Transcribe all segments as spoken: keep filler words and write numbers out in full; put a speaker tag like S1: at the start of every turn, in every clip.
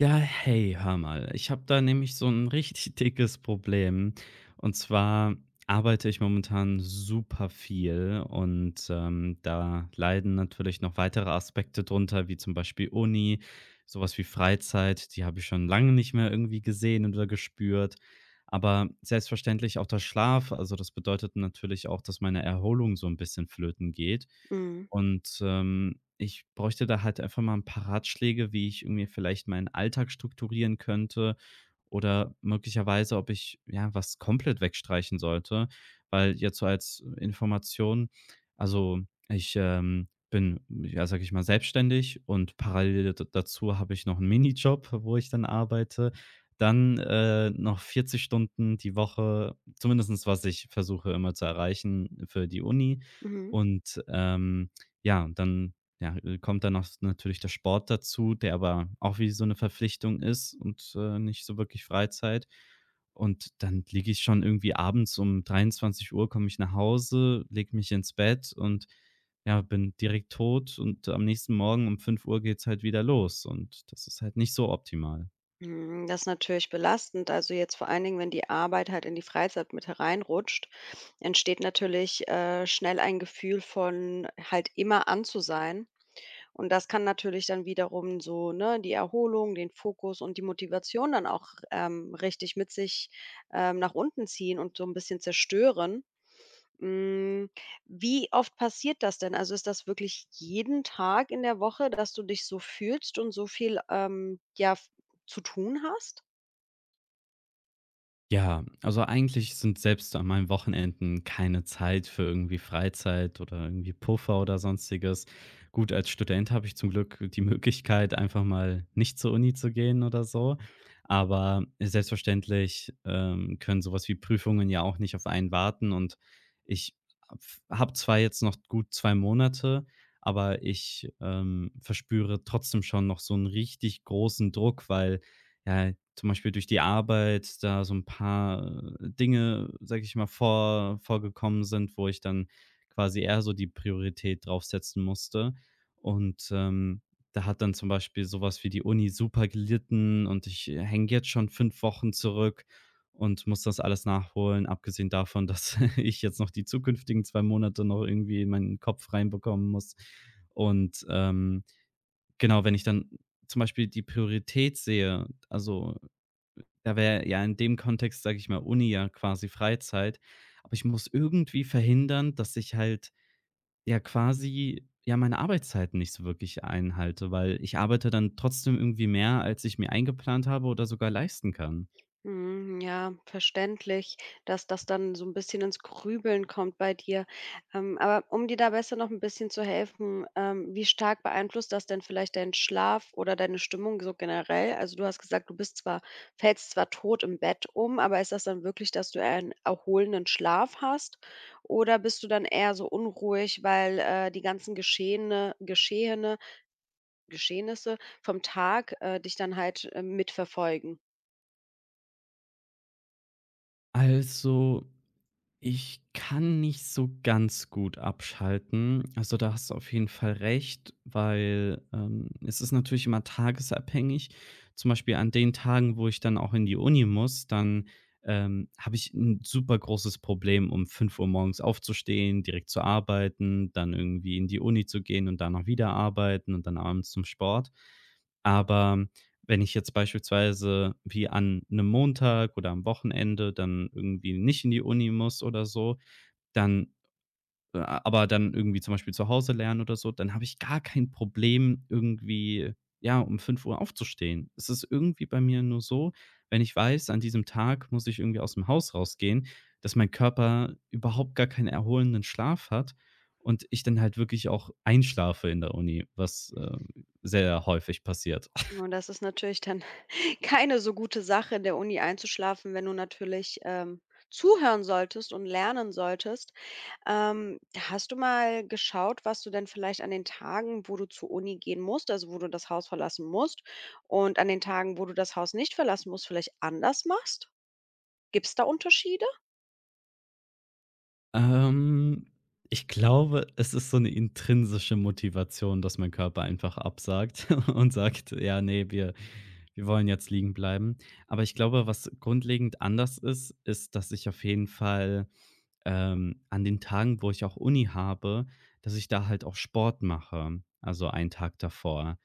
S1: Ja, hey, hör mal. Ich habe da nämlich so ein richtig dickes Problem. Und zwar arbeite ich momentan super viel und, ähm, da leiden natürlich noch weitere Aspekte drunter, wie zum Beispiel Uni, sowas wie Freizeit, die habe ich schon lange nicht mehr irgendwie gesehen oder gespürt. Aber selbstverständlich auch der Schlaf. Also, das bedeutet natürlich auch, dass meine Erholung so ein bisschen flöten geht.
S2: Mhm.
S1: Und, ähm, ich bräuchte da halt einfach mal ein paar Ratschläge, wie ich irgendwie vielleicht meinen Alltag strukturieren könnte oder möglicherweise, ob ich, ja, was komplett wegstreichen sollte. Weil jetzt so als Information, also, ich, ähm, bin, ja, sage ich mal, selbstständig und parallel d dazu habe ich noch einen Minijob, wo ich dann arbeite. Dann, äh, noch vierzig Stunden die Woche, zumindestens was ich versuche immer zu erreichen für die Uni.
S2: Mhm.
S1: Und, ähm ja, und dann, ja, äh, kommt dann noch s natürlich der Sport dazu, der aber auch wie so eine Verpflichtung ist und, äh, nicht so wirklich Freizeit. Und dann liege ich schon irgendwie abends um dreiundzwanzig Uhr, komme ich nach Hause, lege mich ins Bett und, ja, bin direkt tot, und am nächsten Morgen um fünf Uhr geht's halt wieder los, und das ist halt nicht so optimal.
S2: Mhm. Das ist natürlich belastend. Also jetzt vor allen Dingen, wenn die Arbeit halt in die Freizeit mit hereinrutscht, entsteht natürlich äh, schnell ein Gefühl von halt immer an zu sein. Und das kann natürlich dann wiederum so, ne, die Erholung, den Fokus und die Motivation dann auch ähm, richtig mit sich ähm, nach unten ziehen und so ein bisschen zerstören. Hm, wie oft passiert das denn? Also, ist das wirklich jeden Tag in der Woche, dass du dich so fühlst und so viel, ähm, ja, f zu tun hast?
S1: Ja, also eigentlich sind selbst an meinen Wochenenden keine Zeit für irgendwie Freizeit oder irgendwie Puffer oder sonstiges. Gut, als Student habe ich zum Glück die Möglichkeit, einfach mal nicht zur Uni zu gehen oder so. Aber selbstverständlich ähm, können sowas wie Prüfungen ja auch nicht auf einen warten. Und ich habe zwar jetzt noch gut zwei Monate, aber ich ähm, verspüre trotzdem schon noch so einen richtig großen Druck, weil, ja, zum Beispiel durch die Arbeit da so ein paar äh, Dinge, sage ich mal, vor vorgekommen sind, wo ich dann quasi eher so die Priorität draufsetzen musste. Und, ähm, da hat dann zum Beispiel sowas wie die Uni super gelitten, und ich äh, hänge jetzt schon fünf Wochen zurück und muss das alles nachholen, abgesehen davon, dass ich jetzt noch die zukünftigen zwei Monate noch irgendwie in meinen Kopf reinbekommen muss. Und, ähm, genau, wenn ich dann zum Beispiel die Priorität sehe, also da wäre ja in dem Kontext, sage ich mal, Uni ja quasi Freizeit. Aber ich muss irgendwie verhindern, dass ich halt ja quasi ja meine Arbeitszeiten nicht so wirklich einhalte, weil ich arbeite dann trotzdem irgendwie mehr, als ich mir eingeplant habe oder sogar leisten kann.
S2: Mhm, ja, verständlich, dass das dann so ein bisschen ins Grübeln kommt bei dir. Ähm, aber um dir da besser noch ein bisschen zu helfen, ähm, wie stark beeinflusst das denn vielleicht deinen Schlaf oder deine Stimmung so generell? Also, du hast gesagt, du bist zwar fällst zwar tot im Bett um, aber ist das dann wirklich, dass du einen erholenden Schlaf hast? Oder bist du dann eher so unruhig, weil, äh, die ganzen Geschehene Geschehene Geschehnisse vom Tag, äh, dich dann halt, äh, mitverfolgen?
S1: Also, ich kann nicht so ganz gut abschalten. Also, da hast du auf jeden Fall recht, weil, ähm, es ist natürlich immer tagesabhängig. Zum Beispiel an den Tagen, wo ich dann auch in die Uni muss, dann, ähm, habe ich ein super großes Problem, um fünf Uhr morgens aufzustehen, direkt zu arbeiten, dann irgendwie in die Uni zu gehen und da noch wieder arbeiten und dann abends zum Sport. Aber wenn ich jetzt beispielsweise wie an einem Montag oder am Wochenende dann irgendwie nicht in die Uni muss oder so, dann äh, aber dann irgendwie zum Beispiel zu Hause lernen oder so, dann habe ich gar kein Problem, irgendwie, ja, um fünf Uhr aufzustehen. Es ist irgendwie bei mir nur so, wenn ich weiß, an diesem Tag muss ich irgendwie aus dem Haus rausgehen, dass mein Körper überhaupt gar keinen erholenden Schlaf hat und ich dann halt wirklich auch einschlafe in der Uni, was, äh, sehr häufig passiert.
S2: Und das ist natürlich dann keine so gute Sache, in der Uni einzuschlafen, wenn du natürlich, ähm, zuhören solltest und lernen solltest. Ähm, hast du mal geschaut, was du denn vielleicht an den Tagen, wo du zur Uni gehen musst, also wo du das Haus verlassen musst und an den Tagen, wo du das Haus nicht verlassen musst, vielleicht anders machst? Gibt es da Unterschiede?
S1: Ähm, ich glaube, es ist so eine intrinsische Motivation, dass mein Körper einfach absagt und sagt: „Ja, nee, wir wir wollen jetzt liegen bleiben." Aber ich glaube, was grundlegend anders ist, ist, dass ich auf jeden Fall ähm, an den Tagen, wo ich auch Uni habe, dass ich da halt auch Sport mache, also einen Tag davor.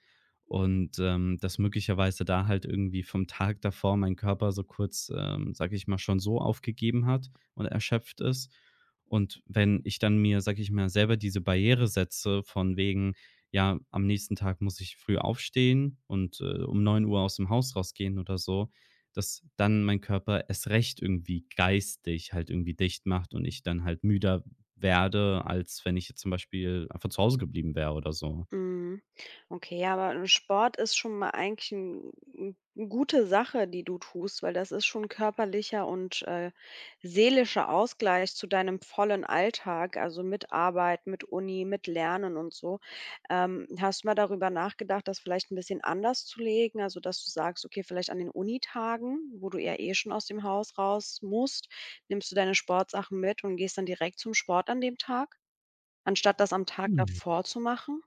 S1: Und, ähm, dass möglicherweise da halt irgendwie vom Tag davor mein Körper so kurz, ähm, sage ich mal, schon so aufgegeben hat und erschöpft ist. Und wenn ich dann mir, sage ich mal, selber diese Barriere setze von wegen, ja, am nächsten Tag muss ich früh aufstehen und, äh, um neun Uhr aus dem Haus rausgehen oder so, dass dann mein Körper es recht irgendwie geistig halt irgendwie dicht macht und ich dann halt müder werde, als wenn ich jetzt zum Beispiel einfach zu Hause geblieben wäre oder so.
S2: Mhm. Okay, ja, aber Sport ist schon mal eigentlich 'n 'n 'n gute Sache, die du tust, weil das ist schon körperlicher und, äh, seelischer Ausgleich zu deinem vollen Alltag, also, mit Arbeit, mit Uni, mit Lernen und so. Ähm, hast du mal darüber nachgedacht, das vielleicht ein bisschen anders zu legen? Also, dass du sagst: „Okay, vielleicht an den Unitagen, wo du ja eh schon aus dem Haus raus musst, nimmst du deine Sportsachen mit und gehst dann direkt zum Sport an dem Tag, anstatt das am Tag
S1: Hm.
S2: davor zu machen?“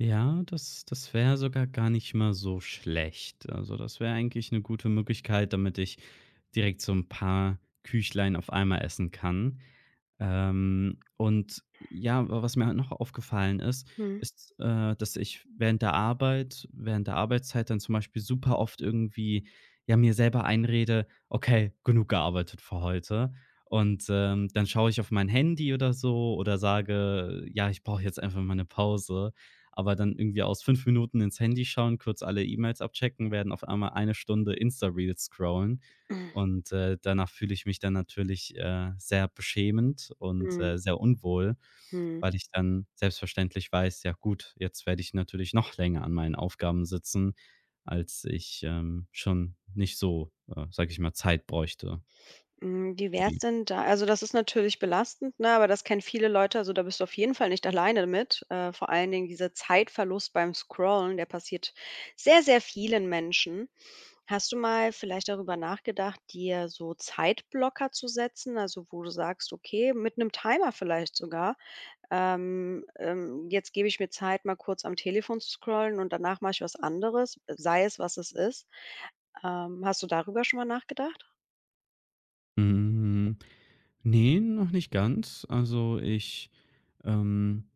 S1: Ja, das das wäre sogar gar nicht mal so schlecht. Also, das wäre eigentlich eine gute Möglichkeit, damit ich direkt so ein paar Küchlein auf einmal essen kann. Ähm, und ja, wa was mir halt noch aufgefallen ist,
S2: Mhm.
S1: ist, äh, dass ich während der Arbeit während der Arbeitszeit dann zum Beispiel super oft irgendwie, ja, mir selber einrede: „Okay, genug gearbeitet für heute." Und, ähm, dann schaue ich auf mein Handy oder so oder sage: „Ja, ich brauche jetzt einfach mal eine Pause." Aber dann irgendwie aus fünf Minuten ins Handy schauen, kurz alle E-Mails abchecken, werden auf einmal eine Stunde Insta-Reels scrollen.
S2: Mhm,
S1: Und, äh, danach fühle ich mich dann natürlich, äh, sehr beschämend und, äh, sehr unwohl,
S2: mhm.
S1: weil ich dann selbstverständlich weiß: „Ja gut, jetzt werde ich natürlich noch länger an meinen Aufgaben sitzen, als ich, ähm, schon nicht so, äh, sage ich mal, Zeit bräuchte
S2: Hm, wie
S1: für
S2: wär's
S1: die."
S2: denn da also, das ist natürlich belastend, ne, aber das kennen viele Leute, also, da bist du auf jeden Fall nicht alleine mit. Äh, vor allen Dingen dieser Zeitverlust beim Scrollen, der passiert sehr, sehr vielen Menschen. Hast du mal vielleicht darüber nachgedacht, dir so Zeitblocker zu setzen, also, wo du sagst: „Okay“, mit einem Timer vielleicht sogar, ähm, ähm: „Jetzt gebe ich mir Zeit, mal kurz am Telefon zu scrollen und danach mache ich was anderes“, sei es, was es ist. Ähm, hast du darüber schon mal nachgedacht?
S1: Hm, ne, noch nicht ganz. Also, ich, ähm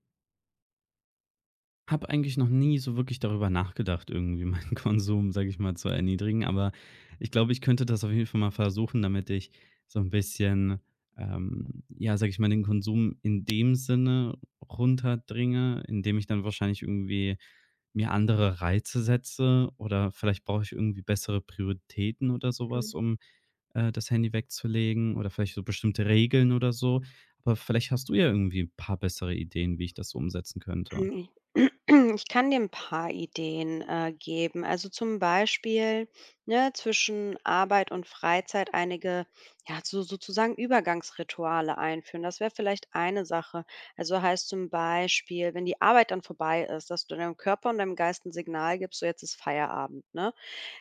S1: Habe eigentlich noch nie so wirklich darüber nachgedacht, irgendwie meinen Konsum, sage ich mal, zu erniedrigen, aber ich glaube, ich könnte das auf jeden Fall mal versuchen, damit ich so ein bisschen, ähm, ja, sage ich mal, den Konsum in dem Sinne runterdringe, indem ich dann wahrscheinlich irgendwie mir andere Reize setze, oder vielleicht brauche ich irgendwie bessere Prioritäten oder sowas, um, äh, das Handy wegzulegen oder vielleicht so bestimmte Regeln oder so. Aber vielleicht hast du ja irgendwie ein paar bessere Ideen, wie ich das so umsetzen könnte.
S2: Hm, i ich kann dir 'n paar Ideen, äh, geben. Also, zum Beispiel, ne, zwischen Arbeit und Freizeit einige, ja, so sozusagen Übergangsrituale einführen. Das wäre vielleicht eine Sache. Also, heißt zum Beispiel, wenn die Arbeit dann vorbei ist, dass du deinem Körper und deinem Geist 'n Signal gibst: „So, jetzt ist Feierabend“, ne?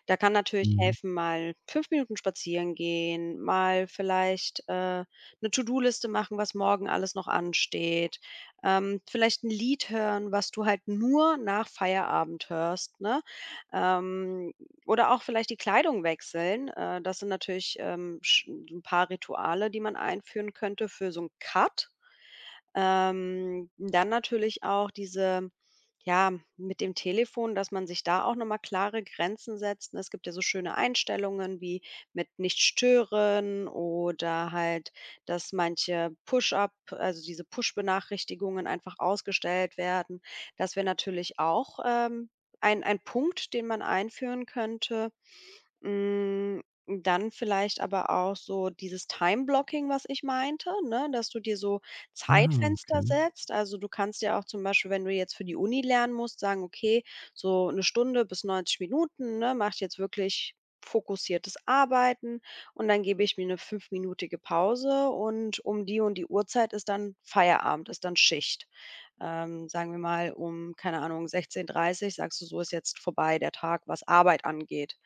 S2: Da kann natürlich helfen, mal fünf Minuten spazieren gehen, mal vielleicht, äh, 'ne To-do-Liste machen, was morgen alles noch ansteht, ähm, vielleicht ein Lied hören, was du halt nur nach Feierabend hörst, ne? Ähm, oder auch vielleicht die Kleidung wechseln. Äh, das sind natürlich, ähm, sch so 'n paar Rituale, die man einführen könnte für so 'n Cut. Ähm, dann natürlich auch diese ja, mit dem Telefon, dass man sich da auch nochmal klare Grenzen setzt. ne? Es gibt ja so schöne Einstellungen wie mit nicht stören oder halt, dass manche Push-up, also diese Push-Benachrichtigungen einfach ausgestellt werden. Das wäre natürlich auch ähm, ein, ein Punkt, den man einführen könnte. Hm, dann vielleicht aber auch so dieses Time-Blocking, was ich meinte, ne, dass du dir so
S1: Ah,
S2: Zeitfenster
S1: okay.
S2: setzt. Also, du kannst ja auch zum Beispiel, wenn du jetzt für die Uni lernen musst, sagen: „Okay, so eine Stunde bis neunzig Minuten, ne, mache ich jetzt wirklich fokussiertes Arbeiten und dann gebe ich mir eine fünfminütige Pause und um die und die Uhrzeit ist dann Feierabend, ist dann Schicht.“ Ähm, sagen wir mal, um, keine Ahnung, sechzehn Uhr dreißig sagst du: „So ist jetzt vorbei der Tag, was Arbeit angeht.“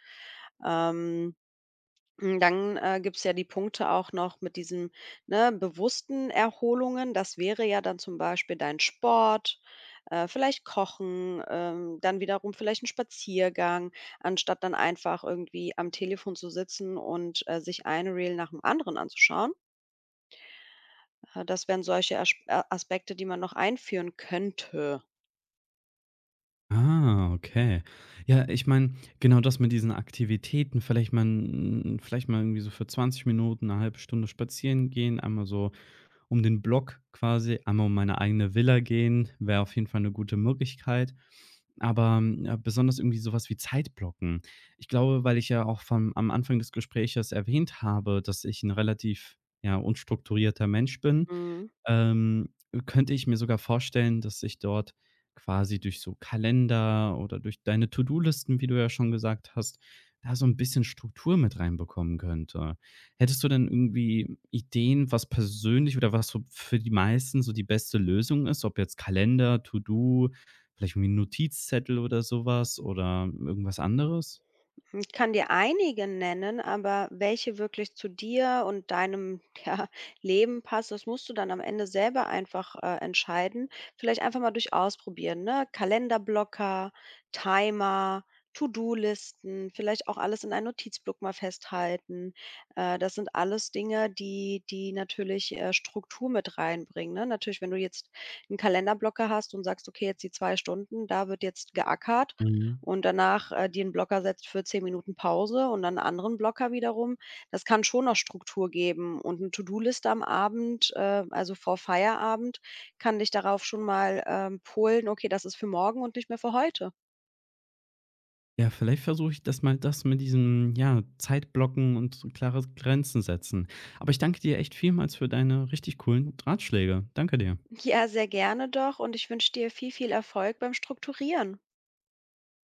S2: ähm, hm, dann, äh, gibt es ja die Punkte auch noch mit diesen ne, bewussten Erholungen. Das wäre ja dann zum Beispiel dein Sport, äh, vielleicht Kochen, ähm, dann wiederum vielleicht ein Spaziergang, anstatt dann einfach irgendwie am Telefon zu sitzen und, äh, sich ein Reel nach dem anderen anzuschauen. Äh, das wären solche Asp äh, Aspekte, die man noch einführen könnte.
S1: Ah, okay. Ja, ich meine, genau das mit diesen Aktivitäten, vielleicht mal 'n vielleicht mal irgendwie so für zwanzig Minuten, eine halbe Stunde spazieren gehen, einmal so um den Block quasi, einmal um meine eigene Villa gehen, wäre auf jeden Fall eine gute Möglichkeit. Aber, ähm, ja, besonders irgendwie sowas wie Zeitblocken. Ich glaube, weil ich ja auch vom am Anfang des Gespräches erwähnt habe, dass ich ein relativ, ja, unstrukturierter Mensch bin.
S2: Mhm.
S1: Ähm, Könnte ich mir sogar vorstellen, dass sich dort quasi durch so Kalender oder durch deine To-do-Listen, wie du ja schon gesagt hast, da so ein bisschen Struktur mit reinbekommen könnte. Hättest du denn irgendwie Ideen, was persönlich oder was so für die meisten so die beste Lösung ist, ob jetzt Kalender, To-do, vielleicht irgendwie 'n Notizzettel oder sowas oder irgendwas anderes?
S2: Hm, Ich kann dir einige nennen, aber welche wirklich zu dir und deinem ja, Leben passt, das musst du dann am Ende selber einfach äh, entscheiden. Vielleicht einfach mal durch ausprobieren, ne? Kalenderblocker, Timer, To-Do-Listen, vielleicht auch alles in einen Notizblock mal festhalten. Äh, das sind alles Dinge, die, die natürlich äh, Struktur mit reinbringen. Ne? Natürlich, wenn du jetzt einen Kalenderblocker hast und sagst, okay, jetzt die zwei Stunden, da wird jetzt geackert,
S1: Mhm.
S2: und danach, äh, dir 'n Blocker setzt für zehn Minuten Pause und dann 'n anderen Blocker wiederum. Das kann schon noch Struktur geben und 'ne To-do-Liste am Abend, äh, also vor Feierabend, kann dich darauf schon mal, ähm, polen: „Okay, das ist für morgen und nicht mehr für heute.“
S1: Ja, vielleicht versuche ich das mal, das mit diesem, ja, Zeitblocken und so klare Grenzen setzen. Aber ich danke dir echt vielmals für deine richtig coolen Ratschläge. Danke dir.
S2: Ja, sehr gerne doch und ich wünsche dir viel, viel Erfolg beim Strukturieren.